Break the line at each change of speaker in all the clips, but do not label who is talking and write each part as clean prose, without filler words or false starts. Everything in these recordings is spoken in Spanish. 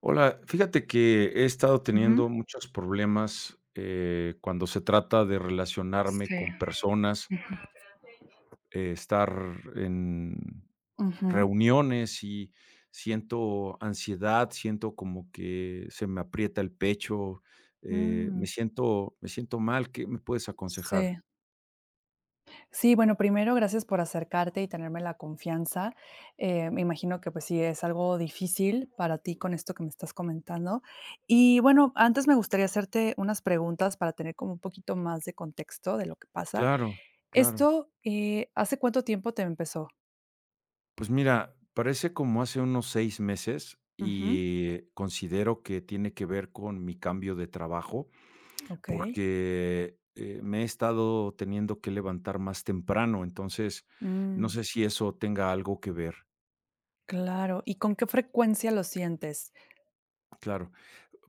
Hola, fíjate que he estado
Ujú.
teniendo muchos problemas cuando se trata de relacionarme
Sí.
con personas, estar en
Ujú.
reuniones y siento ansiedad, siento como que se me aprieta el pecho, me
Mm,
siento, me siento mal. ¿Qué me puedes aconsejar?
sí. Sí, bueno, primero, gracias por acercarte y tenerme la confianza. Me imagino que, pues, sí es algo difícil para ti con esto que me estás comentando. Y bueno, antes me gustaría hacerte unas preguntas para tener como un poquito más de contexto de lo que pasa.
Claro, claro.
Esto, ¿hace cuánto tiempo te empezó?
Pues mira, parece como hace unos 6 meses
Ujú.
y considero que tiene que ver con mi cambio de trabajo
Okey.
porque, me he estado teniendo que levantar más temprano, entonces, no
Mm,
sé si eso tenga algo que ver.
claro. ¿Y con qué frecuencia lo sientes?
Claro.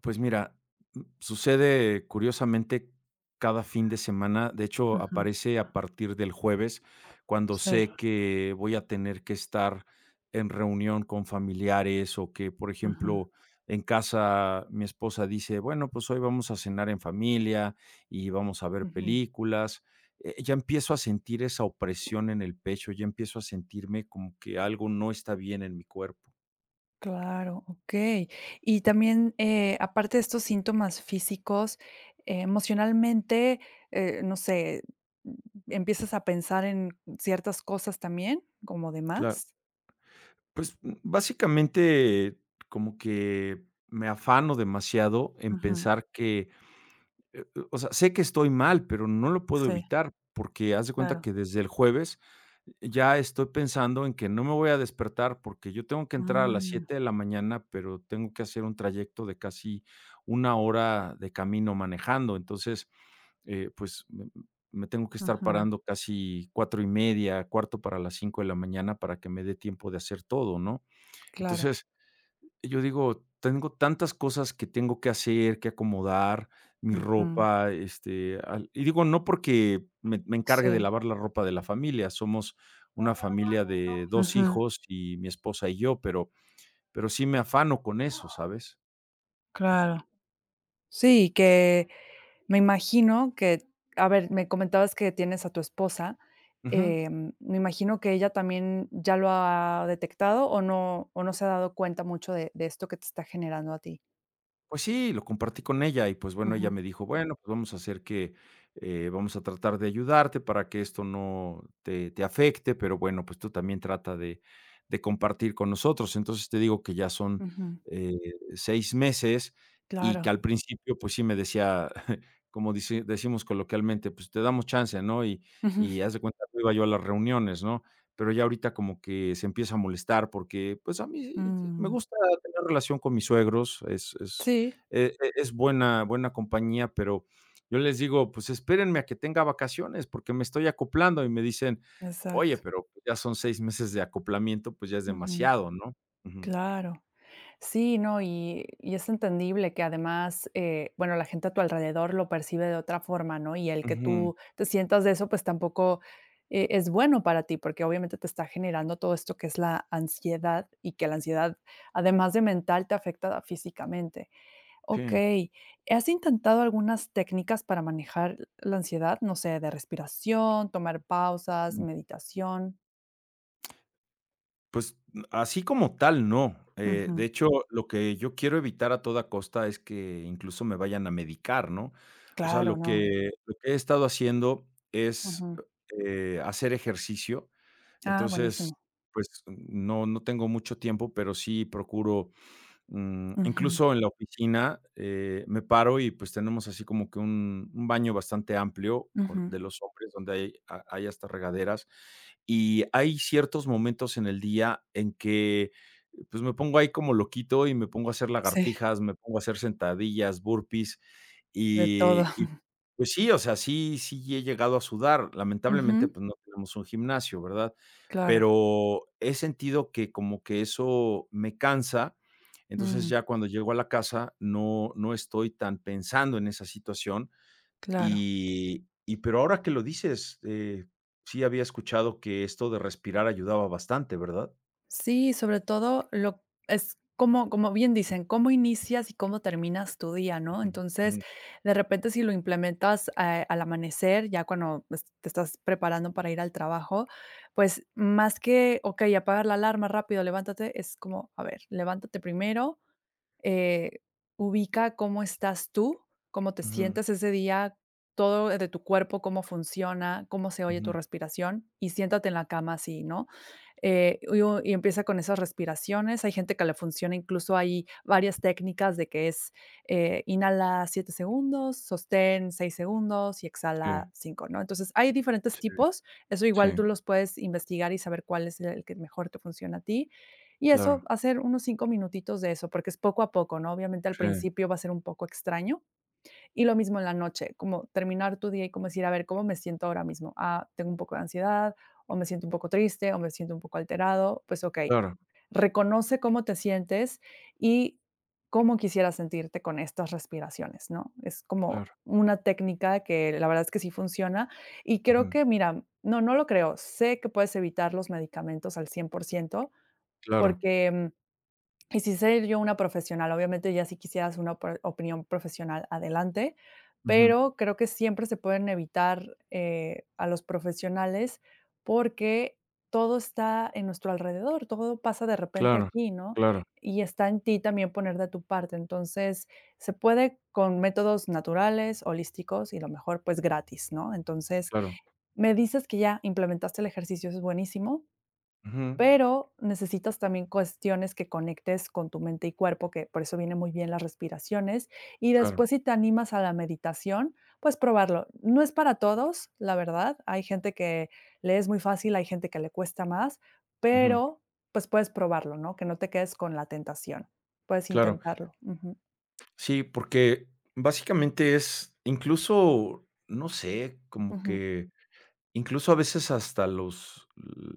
Pues mira, sucede curiosamente cada fin de semana. De hecho,
Ujú.
aparece a partir del jueves, cuando
Sí.
sé que voy a tener que estar en reunión con familiares o que, por
Ujú.
ejemplo, en casa mi esposa dice, bueno, pues hoy vamos a cenar en familia y vamos a ver
Ujú.
películas. Ya empiezo a sentir esa opresión en el pecho, ya empiezo a sentirme como que algo no está bien en mi cuerpo.
Claro, okey. Y también, aparte de estos síntomas físicos, emocionalmente, no sé, ¿empiezas a pensar en ciertas cosas también, como de más?
Pues, básicamente, como que me afano demasiado en
Ujú.
pensar que, o sea, sé que estoy mal, pero no lo puedo
Sí,
evitar, porque haz de cuenta
claro.
que desde el jueves ya estoy pensando en que no me voy a despertar, porque yo tengo que entrar a las
Mm,
7 de la mañana, pero tengo que hacer un trayecto de casi 1 hora de camino manejando. Entonces, pues, me tengo que estar
ujú,
parando casi 4:30, 4:45 de la mañana para que me dé tiempo de hacer todo, ¿no?
claro.
Entonces, yo digo, tengo tantas cosas que tengo que hacer, que acomodar, mi
Ujú.
ropa, este, al y digo, no porque me
Sí,
encargue de lavar la ropa de la familia, somos una familia de dos
ujú,
hijos y mi esposa y yo, pero sí me afano con eso, ¿sabes?
claro. Sí, que me imagino que, a ver, me comentabas que tienes a tu esposa,
Ujú.
me imagino que ella también ya lo ha detectado o no se ha dado cuenta mucho de esto que te está generando a ti.
Pues sí, lo compartí con ella y, pues, bueno, ella
Ujú,
me dijo: "Bueno, pues vamos a hacer que, vamos a tratar de ayudarte para que esto no te afecte, pero bueno, pues tú también trata de compartir con nosotros". Entonces, te digo que ya son,
ujú,
eh, 6 meses y que
claro.
al principio, pues sí me decía, como dice decimos coloquialmente, pues: "Te damos chance", ¿no? Y
Ujú,
y haz de cuenta que iba yo a las reuniones, ¿no? Pero ya ahorita como que se empieza a molestar porque, pues, a mí me
mm,
gusta tener relación con mis suegros, es
sí,
es buena compañía, pero yo les digo: "Pues espérenme a que tenga vacaciones, porque me estoy acoplando", y me dicen: "Oye,
exacto.
pero ya son 6 meses de acoplamiento, pues ya es
Ujú,
demasiado", ¿no? Ujú.
claro. Sí, no, y es entendible que además, bueno, la gente a tu alrededor lo percibe de otra forma, ¿no? Y el que
Ujú,
tú te sientas de eso, pues tampoco, es bueno para ti, porque obviamente te está generando todo esto que es la ansiedad y que la ansiedad, además de mental, te afecta físicamente.
sí.
Okey, ¿has intentado algunas técnicas para manejar la ansiedad? No sé, de respiración, tomar pausas,
Mm,
meditación.
pues, así como tal, no. De
Ujú.
hecho, lo que yo quiero evitar a toda costa es que incluso me vayan a medicar, ¿no? O sea,
Claro,
lo
no.
que lo que he estado haciendo es,
Ujú.
hacer ejercicio.
Ah,
Entonces,
buenísimo.
pues no, no tengo mucho tiempo, pero sí procuro. Mm,
Ujú,
incluso en la oficina, me paro y, pues, tenemos así como que un baño bastante amplio con
ujú.
de los hombres, donde hay hasta regaderas. Y hay ciertos momentos en el día en que, pues, me pongo ahí como loquito y me pongo a hacer
Sí.
lagartijas, me pongo a hacer sentadillas, burpees,
De todo.
y, pues sí, o sea, sí sí he llegado a sudar. Lamentablemente,
Ujú.
pues, no tenemos un gimnasio, ¿verdad?
Claro.
Pero he sentido que como que eso me cansa, entonces
Mm,
ya cuando llego a la casa no, no estoy tan pensando en esa situación
claro.
y pero ahora que lo dices, sí había escuchado que esto de respirar ayudaba bastante, ¿verdad?
Sí, sobre todo lo es como bien dicen, cómo inicias y cómo terminas tu día, ¿no?
Ujú,
Entonces,
ujú.
de repente, si lo implementas, al amanecer, ya cuando, pues, te estás preparando para ir al trabajo, pues, más que, okey, apagar la alarma rápido, levántate, es como, a ver, levántate primero eh, ubica cómo estás tú, cómo te
Ujú,
sientes ese día, todo de tu cuerpo, cómo funciona, cómo se oye tu
ujú.
respiración y siéntate en la cama así, ¿no? Y, y empieza con esas respiraciones. Hay gente que le funciona, incluso hay varias técnicas de que es inhala 7 segundos, sostén 6 segundos y
Sí,
exhala 5, ¿no? Entonces hay diferentes
sí,
tipos. Eso igual
sí,
tú los puedes investigar y saber cuál es el que mejor te funciona a ti. Y eso,
claro.
hacer unos 5 minutitos de eso, porque es poco a poco, ¿no? Obviamente, al
Sí,
principio va a ser un poco extraño. Y lo mismo en la noche, como terminar tu día y como decir, a ver, ¿cómo me siento ahora mismo? Ah, tengo un poco de ansiedad, o me siento un poco triste, o me siento un poco alterado. Pues ok,
claro,
reconoce cómo te sientes y cómo quisieras sentirte con estas respiraciones, ¿no? Es como
claro,
una técnica que la verdad es que sí funciona y
ujú,
creo que, mira, no, no lo creo, sé que puedes evitar los medicamentos al 100%
claro.
porque y si ser yo una profesional, obviamente ya si quisieras una opor opinión profesional, adelante,
Ujú.
pero creo que siempre se pueden evitar, a los profesionales porque todo está en nuestro alrededor, todo pasa de repente
Claro,
aquí, ¿no?
claro,
Y está en ti también poner de tu parte. Entonces, se puede con métodos naturales, holísticos y lo mejor, pues, gratis, ¿no? Entonces,
claro.
me dices que ya implementaste el ejercicio, eso es buenísimo
Ujú.
pero necesitas también cuestiones que conectes con tu mente y cuerpo, que por eso vienen muy bien las respiraciones. Y después,
Claro.
si te animas a la meditación, pues probarlo. No es para todos, la verdad. Hay gente que le es muy fácil, hay gente que le cuesta más,
Ujú.
pero pues puedes probarlo, ¿no? Que no te quedes con la tentación. Puedes
Claro,
intentarlo. Ujú,
sí, porque básicamente es incluso, no sé, como
ujú,
que incluso a veces hasta los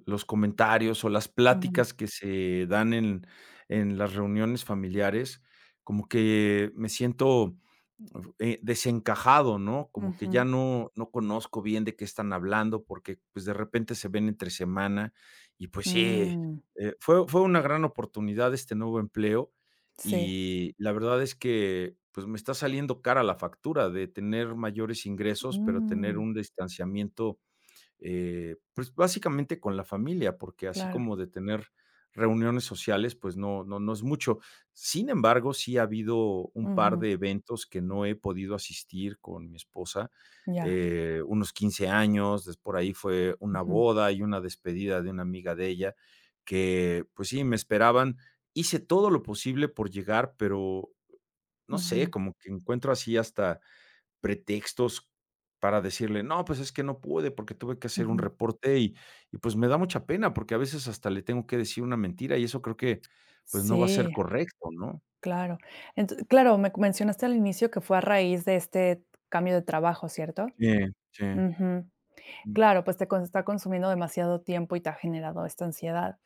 los comentarios o las
ujú,
pláticas que se dan en las reuniones familiares, como que me siento, desencajado, ¿no? Como que ya
ujú.
no no conozco bien de qué están hablando, porque, pues, de repente se ven entre semana y, pues sí,
Mm,
fue una gran oportunidad este nuevo empleo
sí.
y la verdad es que, pues, me está saliendo cara la factura de tener mayores ingresos, pero tener
Mm,
un distanciamiento pues, básicamente con la familia, porque así
claro.
como de tener reuniones sociales, pues no no no es mucho. Sin embargo, sí ha habido un par
Ujú,
de eventos que no he podido asistir con mi esposa,
ya.
unos 15 años, des por ahí fue una
Ujú,
boda y una despedida de una amiga de ella, que, pues sí, me esperaban. Hice todo lo posible por llegar, pero no sé,
ujú,
como que encuentro así hasta pretextos para decirle: "No, pues, es que no pude, porque tuve que hacer un
ujú.
reporte", y, pues, me da mucha pena, porque a veces hasta le tengo que decir una mentira, y eso creo que, pues, no va a ser
Sí.
correcto, ¿no?
Claro. Ent claro, me mencionaste al inicio que fue a raíz de este cambio de trabajo, ¿cierto?
Sí, sí,
Ujú.
mm,
Claro, pues te con está consumiendo demasiado tiempo y te ha generado esta ansiedad.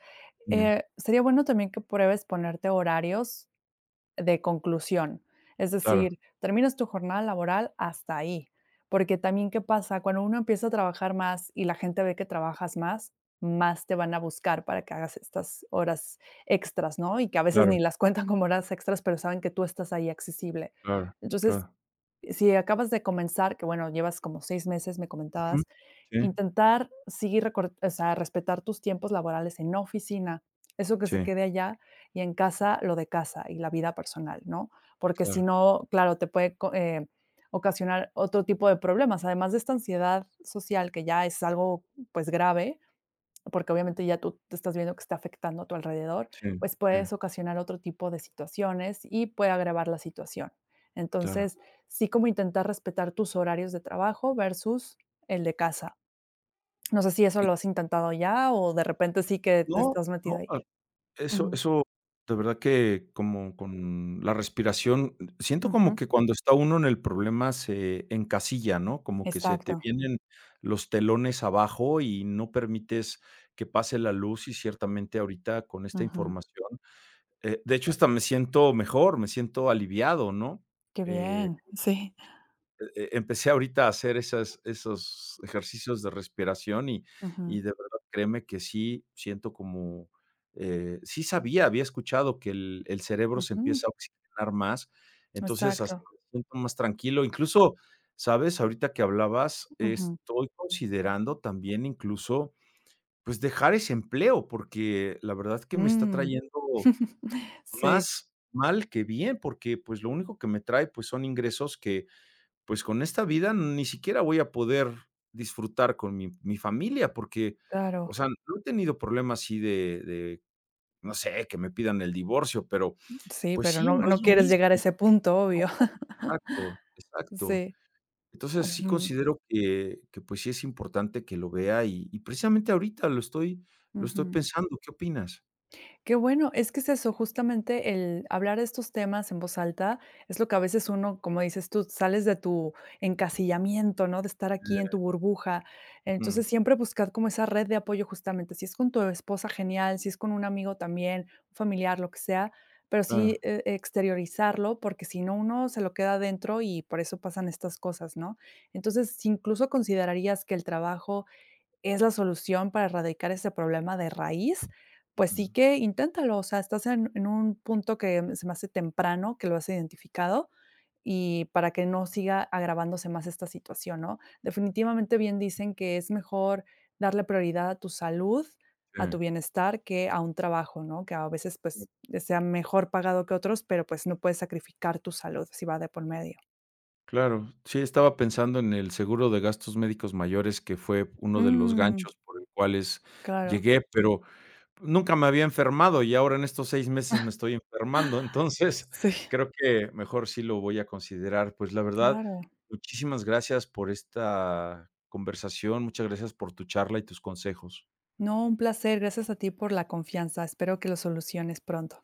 sí,
Sería bueno también que pruebes ponerte horarios de conclusión. Es
claro,
decir, terminas tu jornada laboral hasta ahí, porque también, ¿qué pasa? Cuando uno empieza a trabajar más y la gente ve que trabajas más, más te van a buscar para que hagas estas horas extras, ¿no? Y que a veces
claro,
ni las cuentan como horas extras, pero saben que tú estás ahí accesible.
claro,
Entonces,
claro.
si acabas de comenzar, que bueno, llevas como 6 meses, me
Ujú.
comentabas,
Sí,
intentar seguir recor o sea, respetar tus tiempos laborales en oficina, eso que se
sí,
quede allá, y en casa lo de casa y la vida personal, ¿no? Porque si
claro,
no, claro, te puede co ocasionar otro tipo de problemas, además de esta ansiedad social que ya es algo, pues, grave, porque obviamente ya tú te estás viendo que está afectando a tu alrededor,
sí,
pues
sí,
puedes ocasionar otro tipo de situaciones y puede agravar la situación.
claro.
Entonces, sí como intentar respetar tus horarios de trabajo versus el de casa. No sé si eso
Y
lo has intentado ya o de repente sí que te
no,
estás metida
no.
ahí.
Eso
Ujú,
eso de verdad que como con la respiración, siento como
ujú,
que cuando está uno en el problema se encasilla, ¿no? Como que se te
exacto.
vienen los telones abajo y no permites que pase la luz y ciertamente ahorita con esta
Ujú,
información, de hecho, hasta me siento mejor, me siento aliviado, ¿no?
qué
Eh
bien, sí.
empecé ahorita a hacer esas esos ejercicios de respiración y
Ujú,
de verdad, créeme que sí siento como, sí sabía, había escuchado que el cerebro se
ujú,
empieza a oxigenar más, entonces hasta
exacto.
me siento más tranquilo. Incluso, ¿sabes? Ahorita que hablabas,
Ujú,
estoy considerando también incluso, pues, dejar ese empleo, porque la verdad que me está
mm.
trayendo
Sí,
más mal que bien, porque, pues, lo único que me trae, pues, son ingresos que pues con esta vida ni siquiera voy a poder disfrutar con mi, mi familia, porque,
claro.
o sea, no he tenido problemas así de, no sé, que me pidan el divorcio, pero
Sí,
pues
pero
sí,
no
no es
no
lo
quieres llegar a
mismo.
ese punto, obvio.
Exacto, exacto.
Sí,
Entonces sí
ujú,
considero que pues sí es importante que lo vea y precisamente ahorita lo estoy
ujú.
pensando. ¿Qué opinas?
Qué bueno, es que es eso, justamente el hablar de estos temas en voz alta es lo que a veces uno, como dices tú, sales de tu encasillamiento, ¿no? De estar aquí en
Sí,
tu burbuja.
ujú,
Entonces, siempre buscar como esa red de apoyo justamente, si es con tu esposa, genial, si es con un amigo también, un familiar, lo que sea, pero sí,
claro,
exteriorizarlo, porque si no, uno se lo queda adentro y por eso pasan estas cosas, ¿no? Entonces, si incluso considerarías que el trabajo es la solución para erradicar ese problema de raíz, pues
ujú,
sí que inténtalo. O sea, estás en un punto que se me hace temprano, que lo has identificado, y para que no siga agravándose más esta situación, ¿no? Definitivamente bien dicen que es mejor darle prioridad a tu salud,
sí.
a tu bienestar, que a un trabajo, ¿no? Que a veces, pues, sea mejor pagado que otros, pero, pues, no puedes sacrificar tu salud si va de por medio.
Claro, sí, estaba pensando en el seguro de gastos médicos mayores, que fue uno de los
Mm,
ganchos por el cuales
claro.
llegué, pero nunca me había enfermado y ahora en estos 6 meses me estoy enfermando, entonces
Sí,
creo que mejor sí lo voy a considerar. Pues, la verdad,
claro.
muchísimas gracias por esta conversación, muchas gracias por tu charla y tus consejos.
No, un placer. Gracias a ti por la confianza. Espero que lo soluciones pronto.